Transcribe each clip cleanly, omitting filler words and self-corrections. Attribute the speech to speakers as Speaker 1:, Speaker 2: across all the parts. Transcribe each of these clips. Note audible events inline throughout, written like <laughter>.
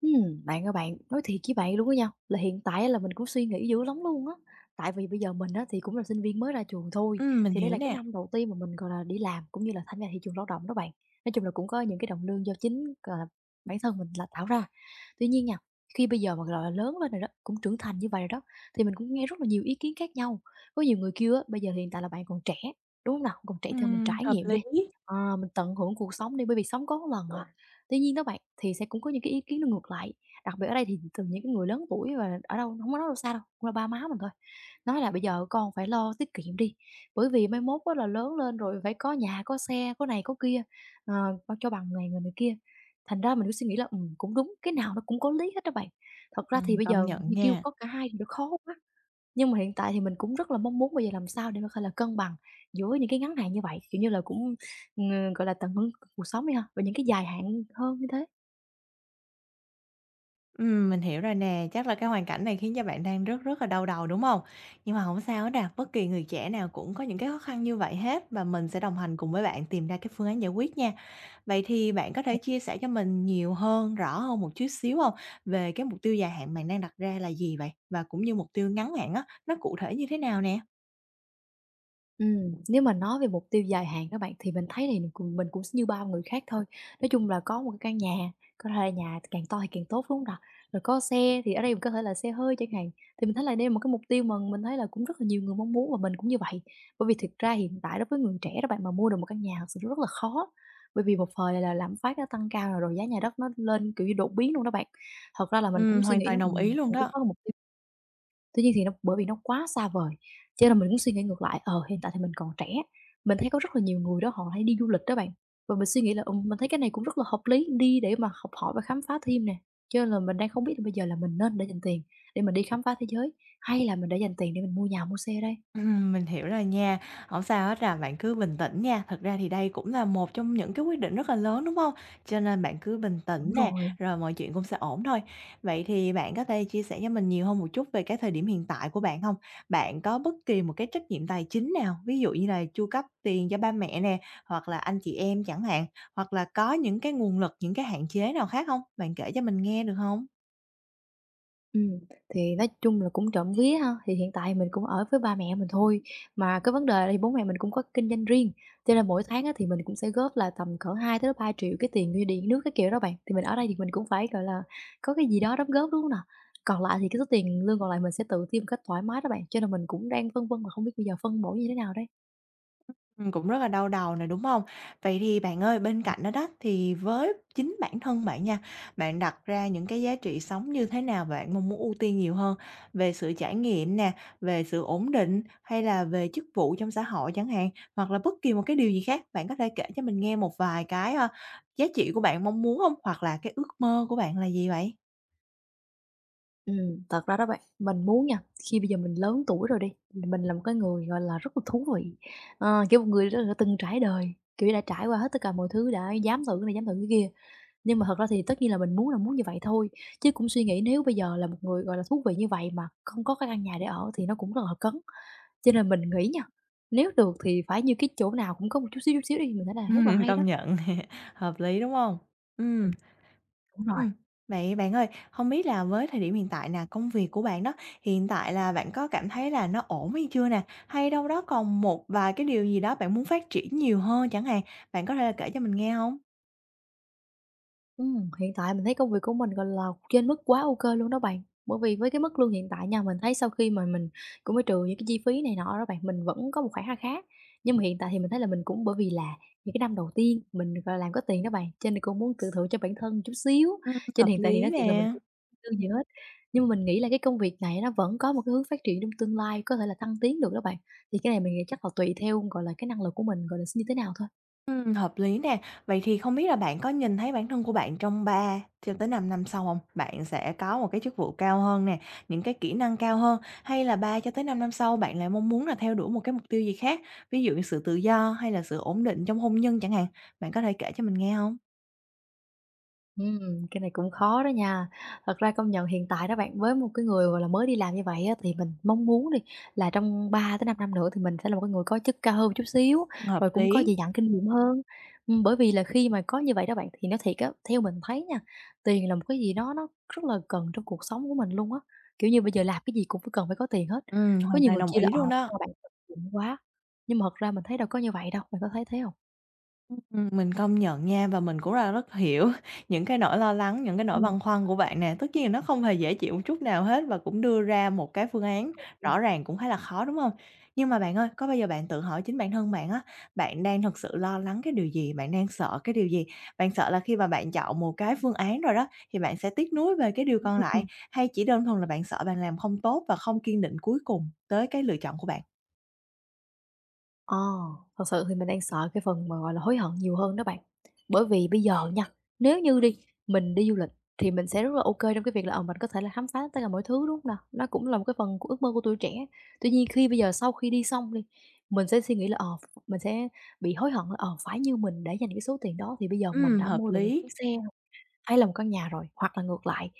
Speaker 1: Bạn ơi bạn, nói thiệt với bạn luôn á nha, là hiện tại á là mình cũng suy nghĩ dữ lắm luôn á. Tại vì bây giờ mình á thì cũng là sinh viên mới ra trường thôi,
Speaker 2: Mình
Speaker 1: thì đây
Speaker 2: hiểu
Speaker 1: là cái
Speaker 2: nè.
Speaker 1: năm đầu tiên mà mình, gọi là, đi làm cũng như là tham gia thị trường lao động đó bạn. Nói chung là cũng có những cái đồng lương do chính, gọi là, bản thân mình là tạo ra. Tuy nhiên nha, khi bây giờ mà, gọi là, lớn lên rồi đó, cũng trưởng thành như vậy rồi đó, thì mình cũng nghe rất là nhiều ý kiến khác nhau. Có nhiều người kêu á, bây giờ hiện tại là bạn còn trẻ, đúng hông nào? Còn trẻ thì mình trải
Speaker 2: Hợp
Speaker 1: nghiệm
Speaker 2: lý,
Speaker 1: đi, ờ, mình tận hưởng cuộc sống đi, bởi vì sống có một lần à. Tuy nhiên đó bạn, thì sẽ cũng có những cái ý kiến nó ngược lại, đặc biệt ở đây thì từ những cái người lớn tuổi và ở đâu không có nói đâu xa đâu, cũng là ba má mình thôi, nói là "Bây giờ con phải lo tiết kiệm đi, bởi vì mai mốt á là lớn lên rồi phải có nhà, có xe, có này có kia, ờ, bao cho bằng này người này kia." Thành ra mình cứ suy nghĩ là, cũng đúng, cái nào nó cũng có lý hết á bạn. Thật ra thì bây
Speaker 2: công
Speaker 1: giờ
Speaker 2: nhận
Speaker 1: như kêu
Speaker 2: nha.
Speaker 1: có cả hai thì nó khó quá, nhưng mà hiện tại thì mình cũng rất là mong muốn bây giờ làm sao để mà có là cân bằng giữa những cái ngắn hạn như vậy, kiểu như là, cũng, gọi là, tận hưởng cuộc sống đi ha, và những cái dài hạn hơn như thế.
Speaker 2: Mình hiểu rồi nè, chắc là cái hoàn cảnh này khiến cho bạn đang rất rất là đau đầu, đúng hông? Nhưng mà hổng sao hết nè, bất kỳ người trẻ nào cũng có những cái khó khăn như vậy hết và mình sẽ đồng hành cùng với bạn tìm ra cái phương án giải quyết nha. Vậy thì bạn có thể chia sẻ cho mình nhiều hơn, rõ hơn một chút xíu hông về cái mục tiêu dài hạn bạn đang đặt ra là gì vậy? Và cũng như mục tiêu ngắn hạn á, nó cụ thể như thế nào nè?
Speaker 1: Nếu mà nói về mục tiêu dài hạn các bạn, thì mình thấy thì mình cũng như bao người khác thôi. Nói chung là có một cái căn nhà, có thể là nhà càng to thì càng tốt, đúng không nào? Rồi có xe thì ở đây mình có thể là xe hơi chẳng hạn, thì mình thấy là đây là một cái mục tiêu mà mình thấy là cũng rất là nhiều người mong muốn và mình cũng như vậy. Bởi vì thực ra hiện tại đối với người trẻ các bạn, mà mua được một căn nhà thực sự rất là khó, bởi vì một thời là lạm phát nó tăng cao rồi, rồi giá nhà đất nó lên, kiểu như, đột biến luôn đó bạn. Thật ra là mình cũng suy
Speaker 2: Hoàn
Speaker 1: nghĩ
Speaker 2: toàn
Speaker 1: là,
Speaker 2: đồng ý luôn
Speaker 1: mình cũng
Speaker 2: đó.
Speaker 1: có một mục. Tuy nhiên thì nó bởi vì nó quá xa vời, cho nên mình cũng suy nghĩ ngược lại, ờ, hiện tại thì mình còn trẻ, mình thấy có rất là nhiều người đó họ hay đi du lịch đó bạn, và mình suy nghĩ là, mình thấy cái này cũng rất là hợp lý, đi để mà học hỏi và khám phá thêm nè. Cho nên là mình đang không biết là bây giờ là mình nên để dành tiền để mình đi khám phá thế giới, hay là mình để dành tiền để mình mua nhà, mua xe đây?
Speaker 2: Mình hiểu rồi nha. Không sao hết à, bạn cứ bình tĩnh nha. Thật ra thì đây cũng là một trong những cái quyết định rất là lớn, đúng không? Cho nên bạn cứ bình tĩnh
Speaker 1: Đúng
Speaker 2: nè,
Speaker 1: rồi.
Speaker 2: rồi mọi chuyện cũng sẽ ổn thôi. Vậy thì bạn có thể chia sẻ cho mình nhiều hơn một chút về cái thời điểm hiện tại của bạn không? Bạn có bất kỳ một cái trách nhiệm tài chính nào, ví dụ như là chu cấp tiền cho ba mẹ nè, hoặc là anh chị em chẳng hạn, hoặc là có những cái nguồn lực, những cái hạn chế nào khác không? Bạn kể cho mình nghe được không?
Speaker 1: Ừm, thì nói chung là cũng trộm vía ha, thì hiện tại mình cũng ở với ba mẹ mình thôi. Mà cái vấn đề là thì bố mẹ mình cũng có kinh doanh riêng, cho nên mỗi tháng á, thì mình cũng sẽ góp là tầm cỡ 2 tới 3 triệu cái tiền như điện nước, cái kiểu đó bạn. Thì mình ở đây thì mình cũng phải, gọi là, có cái gì đó đóng góp, đúng hông nào? Còn lại thì cái số tiền lương còn lại mình sẽ tự tiêu một cách thoải mái đó bạn, cho nên mình cũng đang phân vân là không biết bây giờ phân bổ như thế nào đây.
Speaker 2: Cũng rất là đau đầu này, đúng không? Vậy thì bạn ơi, bên cạnh đó đó, thì với chính bản thân bạn nha, bạn đặt ra những cái giá trị sống như thế nào bạn mong muốn ưu tiên nhiều hơn? Về sự trải nghiệm nè, về sự ổn định hay là về chức vụ trong xã hội chẳng hạn, hoặc là bất kỳ một cái điều gì khác, bạn có thể kể cho mình nghe một vài cái, giá trị của bạn mong muốn không? Hoặc là cái ước mơ của bạn là gì vậy?
Speaker 1: Thật ra đó bạn, mình muốn nha, khi bây giờ mình lớn tuổi rồi đi, mình là một cái người, gọi là, rất là thú vị, ờ, kiểu, một người rất là từng trải đời, kiểu, đã trải qua hết tất cả mọi thứ, đã dám thử cái này, dám thử cái kia. Nhưng mà thật ra thì tất nhiên là mình muốn là muốn như vậy thôi, chứ cũng suy nghĩ nếu bây giờ là một người, gọi là, thú vị như vậy mà không có cái căn nhà để ở thì nó cũng rất là cấn. Cho nên mình nghĩ nha, nếu được thì phải như cái chỗ nào cũng có một chút xíu đi, mình thấy
Speaker 2: <laughs>
Speaker 1: là rất là hay
Speaker 2: Công
Speaker 1: đó.
Speaker 2: nhận, <laughs> hợp lý, đúng không? Ừm.
Speaker 1: Ừm, đúng rồi.
Speaker 2: Ừm. Vậy bạn ơi, không biết là với thời điểm hiện tại nè, công việc của bạn đó, hiện tại là bạn có cảm thấy là nó ổn hay chưa nè? Hay đâu đó còn một vài cái điều gì đó bạn muốn phát triển nhiều hơn chẳng hạn? Bạn có thể là kể cho mình nghe không?
Speaker 1: Hiện tại mình thấy công việc của mình, gọi là, trên mức quá ô kê luôn đó bạn. Bởi vì với cái mức lương hiện tại nha, mình thấy sau khi mà mình cũng phải trừ những cái chi phí này nọ đó bạn, mình vẫn có một khoản kha khá. Nhưng mà hiện tại thì mình thấy là mình cũng bởi vì là những cái năm đầu tiên mình, gọi là, làm có tiền đó bạn, cho nên cũng muốn tự thưởng cho bản thân chút xíu,
Speaker 2: Ừm.
Speaker 1: cho nên
Speaker 2: Hợp
Speaker 1: hiện tại thì
Speaker 2: lý
Speaker 1: nói thiệt là mình
Speaker 2: nè.
Speaker 1: cũng lương gì hết. Nhưng mà mình nghĩ là cái công việc này nó vẫn có một cái hướng phát triển trong tương lai, có thể là thăng tiến được đó bạn. Thì cái này mình nghĩ chắc là tùy theo, gọi là, cái năng lực của mình, gọi là, sẽ như thế nào thôi.
Speaker 2: Hợp lý nè. Vậy thì không biết là bạn có nhìn thấy bản thân của bạn trong 3 cho tới 5 năm sau không? Bạn sẽ có một cái chức vụ cao hơn nè, những cái kỹ năng cao hơn, hay là 3 cho tới 5 năm sau bạn lại mong muốn là theo đuổi một cái mục tiêu gì khác, ví dụ như sự tự do hay là sự ổn định trong hôn nhân chẳng hạn? Bạn có thể kể cho mình nghe không?
Speaker 1: Cái này cũng khó đó nha. Thật ra công nhận hiện tại đó bạn, với một cái người, gọi là, mới đi làm như vậy á, thì mình mong muốn đi là trong 3-5 năm nữa thì mình sẽ là một cái người có chức cao hơn một chút xíu,
Speaker 2: Hợp
Speaker 1: rồi cũng có
Speaker 2: lý,
Speaker 1: dày dặn kinh nghiệm hơn. Bởi vì là khi mà có như vậy đó bạn, thì nó thiệt á, theo mình thấy nha, tiền là một cái gì đó nó rất là cần trong cuộc sống của mình luôn á. Kiểu như, bây giờ làm cái gì cũng phải cần phải có tiền hết. Có
Speaker 2: hoàn
Speaker 1: nhiều
Speaker 2: toàn
Speaker 1: người
Speaker 2: đồng
Speaker 1: kia là,
Speaker 2: ý
Speaker 1: ờ,
Speaker 2: luôn đó.
Speaker 1: sao mà bạn tiết kiệm quá, nhưng mà thật ra mình thấy đâu có như vậy đâu, bạn có thấy thế không?
Speaker 2: Mình công nhận nha, và mình cũng là rất hiểu <laughs> những cái nỗi lo lắng, những cái nỗi băn
Speaker 1: Ừm,
Speaker 2: khoăn của bạn nè. Tất nhiên là nó không hề dễ chịu một chút nào hết và cũng đưa ra một cái phương án
Speaker 1: ừm,
Speaker 2: rõ ràng cũng khá là khó, đúng không? Nhưng mà bạn ơi, có bao giờ bạn tự hỏi chính bản thân bạn á, bạn đang thực sự lo lắng cái điều gì? Bạn đang sợ cái điều gì? Bạn sợ là khi mà bạn chọn một cái phương án rồi đó, thì bạn sẽ tiếc nuối về cái điều còn
Speaker 1: ừm,
Speaker 2: lại,
Speaker 1: ừm.
Speaker 2: hay chỉ đơn thuần là bạn sợ bạn làm không tốt và không kiên định cuối cùng tới cái lựa chọn của bạn?
Speaker 1: Ờ, thật sự thì mình đang sợ cái phần mà, gọi là, hối hận nhiều hơn đó bạn. Bởi vì bây giờ nha, nếu như đi, mình đi du lịch thì mình sẽ rất là ok trong cái việc là, ờ, mình có thể là khám phá tất cả mọi thứ, đúng không nè? Nó cũng là một cái phần của ước mơ của tuổi trẻ. Tuy nhiên khi bây giờ sau khi đi xong đi, mình sẽ suy nghĩ là, ờ, mình sẽ bị hối hận là, ờ, phải như mình đã dành cái số tiền đó thì bây giờ mình
Speaker 2: Ừ,
Speaker 1: đã
Speaker 2: hợp
Speaker 1: mua được một
Speaker 2: lý.
Speaker 1: chiếc xe hay là một căn nhà rồi, hoặc là ngược lại.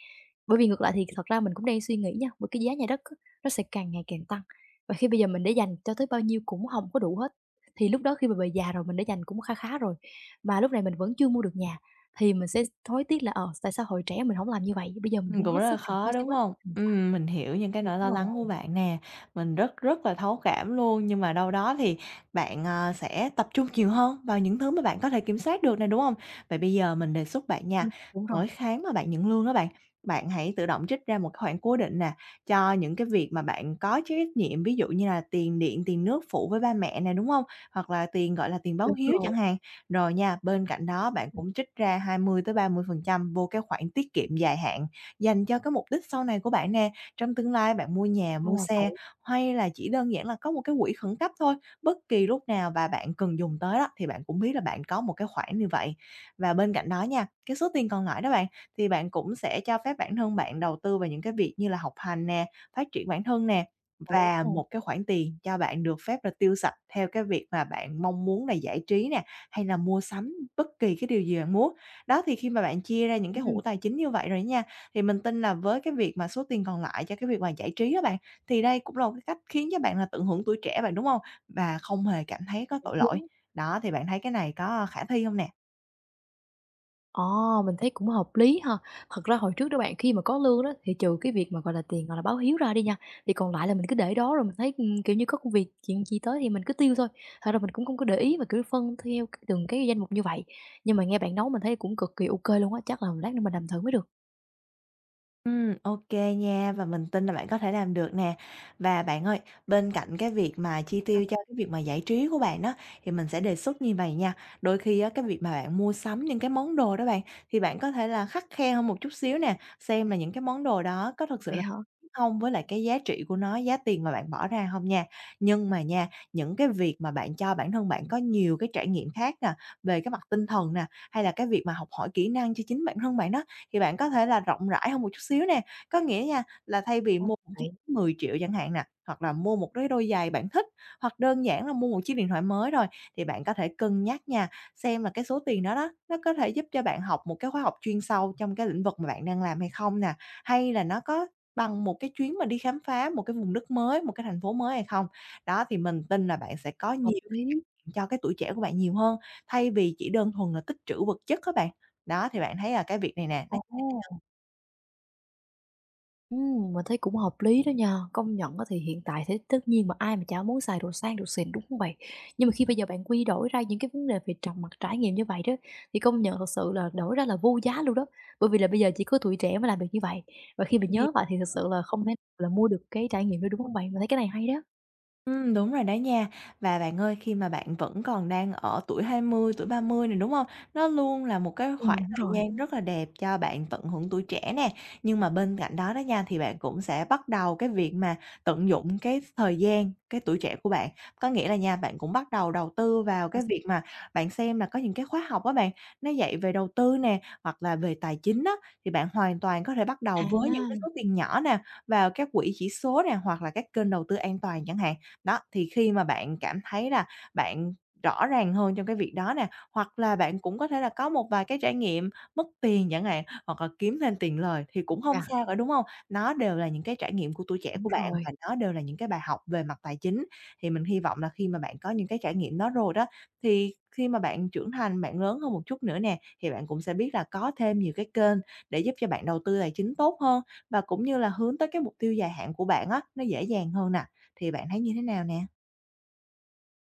Speaker 1: Bởi vì ngược lại thì thật ra mình cũng đang suy nghĩ nha, bởi cái giá nhà đất á, nó sẽ càng ngày càng tăng, và khi bây giờ mình để dành cho tới bao nhiêu cũng không có đủ hết. Thì lúc đó khi mà về già rồi mình để dành cũng khá khá rồi, mà lúc này mình vẫn chưa mua được nhà, thì mình sẽ hối tiếc là, ờ, tại sao hồi trẻ mình không làm như vậy, bây giờ mình cũng
Speaker 2: Cũng
Speaker 1: hết
Speaker 2: rất là
Speaker 1: sức rồi, hết
Speaker 2: khó,
Speaker 1: sức
Speaker 2: đúng
Speaker 1: quách
Speaker 2: không?
Speaker 1: rồi thì sao?
Speaker 2: Mình hiểu những cái nỗi lo
Speaker 1: Đúng
Speaker 2: lắng của
Speaker 1: rồi,
Speaker 2: bạn nè, mình rất rất là thấu cảm luôn, nhưng mà đâu đó thì bạn, sẽ tập trung nhiều hơn vào những thứ mà bạn có thể kiểm soát được này, đúng không? Vậy bây giờ mình đề xuất bạn nha,
Speaker 1: đúng rồi,
Speaker 2: mỗi tháng mà bạn nhận lương đó bạn, bạn hãy tự động trích ra một khoản cố định nè, cho những cái việc mà bạn có trách nhiệm, ví dụ như là tiền điện, tiền nước phụ với ba mẹ này, đúng không? Hoặc là tiền, gọi là, tiền báo
Speaker 1: đúng
Speaker 2: hiếu chẳng
Speaker 1: rồi,
Speaker 2: hạn. Rồi nha, bên cạnh đó bạn cũng trích ra 20 tới 30% vô cái khoản tiết kiệm dài hạn dành cho cái mục đích sau này của bạn nè. Trong tương lai bạn mua nhà,
Speaker 1: ra
Speaker 2: mua
Speaker 1: là
Speaker 2: xe,
Speaker 1: vậy,
Speaker 2: hay là chỉ đơn giản là có một cái quỹ khẩn cấp thôi, bất kỳ lúc nào và bạn cần dùng tới đó thì bạn cũng biết là bạn có một cái khoản như vậy. Và bên cạnh đó nha, cái số tiền còn lại đó bạn, thì bạn cũng sẽ cho phép bản thân bạn đầu tư vào những cái việc như là học hành nè, phát triển bản thân nè, và
Speaker 1: ồ!
Speaker 2: một cái khoản tiền cho bạn được phép là tiêu sạch theo cái việc mà bạn mong muốn là giải trí nè, hay là mua sắm bất kỳ cái điều gì bạn muốn. Đó, thì khi mà bạn chia ra những cái hũ
Speaker 1: Ừm,
Speaker 2: tài chính như vậy rồi nha, thì mình tin là với cái việc mà số tiền còn lại cho cái việc mà giải trí á bạn, thì đây cũng là một cái cách khiến cho bạn là tận hưởng tuổi trẻ bạn, đúng không? Và không hề cảm thấy có tội lỗi. Đó, thì bạn thấy cái này có khả thi không nè?
Speaker 1: Ồ, mình thấy cũng hợp lý ha. Thật ra hồi trước đó bạn, khi mà có lương đó thì trừ cái việc mà, gọi là, tiền, gọi là, báo hiếu ra đi nha, thì còn lại là mình cứ để đó rồi mình thấy, kiểu như, có công việc chuyện gì tới thì mình cứ tiêu thôi. Thật ra mình cũng không có để ý mà, kiểu, phân theo từng cái danh mục như vậy. Nhưng mà nghe bạn nấu mình thấy cũng cực kỳ ok luôn á, chắc là lát nữa mình làm thử mới được.
Speaker 2: Ok nha, và mình tin là bạn có thể làm được nè. Và bạn ơi, bên cạnh cái việc mà chi
Speaker 1: À,
Speaker 2: tiêu cho cái việc mà giải trí của bạn đó, thì mình sẽ đề xuất như vậy nha. Đôi khi á, cái việc mà bạn mua sắm những cái món đồ đó bạn, thì bạn có thể là khắt khe hơn một chút xíu nè, xem là những cái món đồ đó có thực sự
Speaker 1: vậy
Speaker 2: là
Speaker 1: hả?
Speaker 2: hông với lại cái giá trị của nó, giá tiền mà bạn bỏ ra không nha. Nhưng mà nha, những cái việc mà bạn cho bản thân bạn có nhiều cái trải nghiệm khác nè, về cái mặt tinh thần nè, hay là cái việc mà học hỏi kỹ năng cho chính bản thân bạn đó, thì bạn có thể là rộng rãi hơn một chút xíu nè, có nghĩa nha là thay vì
Speaker 1: Ô,
Speaker 2: mua một chiếc
Speaker 1: vậy
Speaker 2: 10 triệu chẳng hạn nè, hoặc là mua một cái đôi giày bạn thích, hoặc đơn giản là mua một chiếc điện thoại mới thôi, thì bạn có thể cân nhắc nha, xem là cái số tiền đó đó, nó có thể giúp cho bạn học một cái khóa học chuyên sâu trong cái lĩnh vực mà bạn đang làm hay không nè, hay là nó có bằng một cái chuyến mà đi khám phá một cái vùng đất mới, một cái thành phố mới hay không. Đó, thì mình tin là bạn sẽ có
Speaker 1: hợp
Speaker 2: nhiều
Speaker 1: lý.
Speaker 2: cho cái tuổi trẻ của bạn nhiều hơn, thay vì chỉ đơn thuần là tích trữ vật chất các bạn. Đó, thì bạn thấy là cái việc này nè, nó.
Speaker 1: Ồ! Mình thấy cũng hợp lý đó nha, công nhận á thì hiện tại thế tất nhiên mà ai mà chả muốn xài đồ sang đồ xịn, đúng không bạn? Nhưng mà khi bây giờ bạn quy đổi ra những cái vấn đề về trầm mặc trải nghiệm như vậy đó, thì công nhận thật sự là đổi ra là vô giá luôn đó, bởi vì là bây giờ chỉ có tuổi trẻ mới làm được như vậy, và khi mình nhớ vậy thì thật sự là không thể là mua được cái trải nghiệm đó, đúng không bạn? Mình thấy cái này hay đó.
Speaker 2: Đúng rồi đó nha. Và bạn ơi, khi mà bạn vẫn còn đang ở tuổi 20 tuổi 30 này, đúng không? Nó luôn là một cái khoảng
Speaker 1: Đúng
Speaker 2: thời
Speaker 1: rồi.
Speaker 2: gian rất là đẹp cho bạn tận hưởng tuổi trẻ nè, nhưng mà bên cạnh đó đó nha, thì bạn cũng sẽ bắt đầu cái việc mà tận dụng cái thời gian, cái tuổi trẻ của bạn. Có nghĩa là nha, bạn cũng bắt đầu đầu tư vào
Speaker 1: À,
Speaker 2: cái việc mà bạn xem là có những cái khóa học á bạn, nó dạy về đầu tư nè, hoặc là về tài chính á, thì bạn hoàn toàn có thể bắt đầu với những cái số tiền nhỏ nè, vào các quỹ chỉ số nè, hoặc là các kênh đầu tư an toàn chẳng hạn. Đó, thì khi mà bạn cảm thấy là bạn rõ ràng hơn trong cái việc đó nè, hoặc là bạn cũng có thể là có một vài cái trải nghiệm mất tiền chẳng hạn, hoặc là kiếm thêm tiền lời thì cũng không
Speaker 1: dạ
Speaker 2: sao cả, đúng không? Nó đều là những cái trải nghiệm của tuổi trẻ
Speaker 1: đúng
Speaker 2: của bạn
Speaker 1: rồi.
Speaker 2: và nó đều là những cái bài học về mặt tài chính. Thì mình hy vọng là khi mà bạn có những cái trải nghiệm đó rồi đó, thì khi mà bạn trưởng thành, bạn lớn hơn một chút nữa nè, thì bạn cũng sẽ biết là có thêm nhiều cái kênh để giúp cho bạn đầu tư tài chính tốt hơn và cũng như là hướng tới cái mục tiêu dài hạn của bạn á, nó dễ dàng hơn nè. Thì bạn thấy như thế nào nè?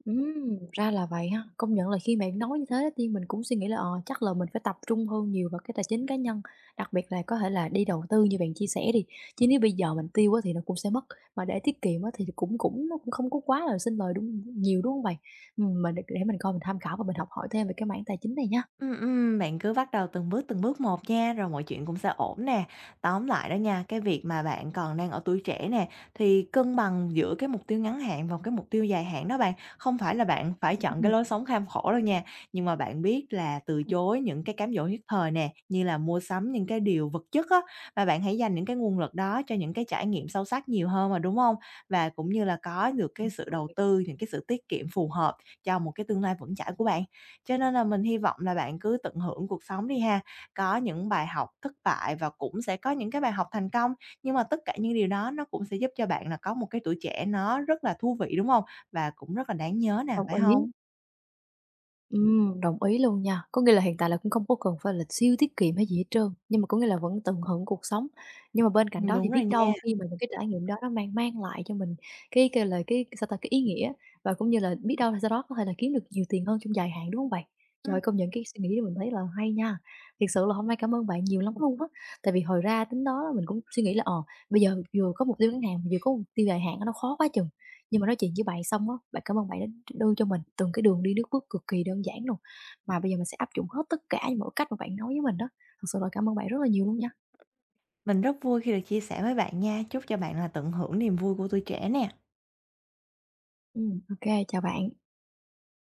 Speaker 1: Ra là vậy ha. Công nhận là khi bạn nói như thế đó, thì mình cũng suy nghĩ là, ờ, chắc là mình phải tập trung hơn nhiều vào cái tài chính cá nhân, đặc biệt là có thể là đi đầu tư như bạn chia sẻ đi, chứ nếu bây giờ mình tiêu á thì nó cũng sẽ mất, mà để tiết kiệm á thì cũng cũng nó cũng không có quá là sinh lời đúng nhiều, đúng không bạn? Mình để mình coi mình tham khảo và mình học hỏi thêm về cái mảng tài chính này nha.
Speaker 2: Bạn cứ bắt đầu từng bước một nha, rồi mọi chuyện cũng sẽ ổn nè. Tóm lại đó nha, cái việc mà bạn còn đang ở tuổi trẻ nè, thì cân bằng giữa cái mục tiêu ngắn hạn và cái mục tiêu dài hạn đó bạn. Không phải là bạn phải chọn
Speaker 1: Ừm,
Speaker 2: cái lối sống kham khổ đâu nha, nhưng mà bạn biết là từ chối những cái cám dỗ nhất thời nè, như là mua sắm những cái điều vật chất á, và bạn hãy dành những cái nguồn lực đó cho những cái trải nghiệm sâu sắc nhiều hơn mà, đúng không? Và cũng như là có được cái sự đầu tư, những cái sự tiết kiệm phù hợp cho một cái tương lai vững chãi của bạn. Cho nên là mình hy vọng là bạn cứ tận hưởng cuộc sống đi ha, có những bài học thất bại và cũng sẽ có những cái bài học thành công, nhưng mà tất cả những điều đó nó cũng sẽ giúp cho bạn là có một cái tuổi trẻ nó rất là thú vị, đúng không? Và cũng rất là đáng nhớ nè,
Speaker 1: đồng
Speaker 2: phải
Speaker 1: ý.
Speaker 2: không?
Speaker 1: Đồng ý luôn nha. Có nghĩa là hiện tại là cũng không có cần phải là siêu tiết kiệm hay gì hết trơn, nhưng mà có nghĩa là vẫn tận hưởng cuộc sống. Nhưng mà bên cạnh đó
Speaker 2: Đúng
Speaker 1: thì
Speaker 2: rồi
Speaker 1: biết
Speaker 2: nha.
Speaker 1: đâu khi mà những cái trải nghiệm đó nó mang mang lại cho mình cái, kêu là, cái sao ta, cái ý nghĩa và cũng như là biết đâu là sau đó có thể là kiếm được nhiều tiền hơn trong dài hạn, đúng không bạn? Trời
Speaker 2: Ừm,
Speaker 1: ơi, công nhận cái suy nghĩ này mình thấy là hay nha. Thật sự là hôm nay cảm ơn bạn nhiều lắm luôn á, tại vì hồi ra tính đó mình cũng suy nghĩ là, ờ, bây giờ vừa có mục tiêu ngắn hạn, vừa có mục tiêu dài hạn nó khó quá chừng. Nhưng mà nói chuyện với bạn xong á, bạn cảm ơn bạn đã đưa cho mình từng cái đường đi nước bước cực kỳ đơn giản luôn, mà bây giờ mình sẽ áp dụng hết tất cả những mọi cách mà bạn nói với mình đó. Thật sự là cảm ơn bạn rất là nhiều luôn nha.
Speaker 2: mình rất vui khi được chia sẻ với bạn nha, chúc cho bạn là tận hưởng niềm vui của tuổi trẻ nè.
Speaker 1: Ô, chào bạn.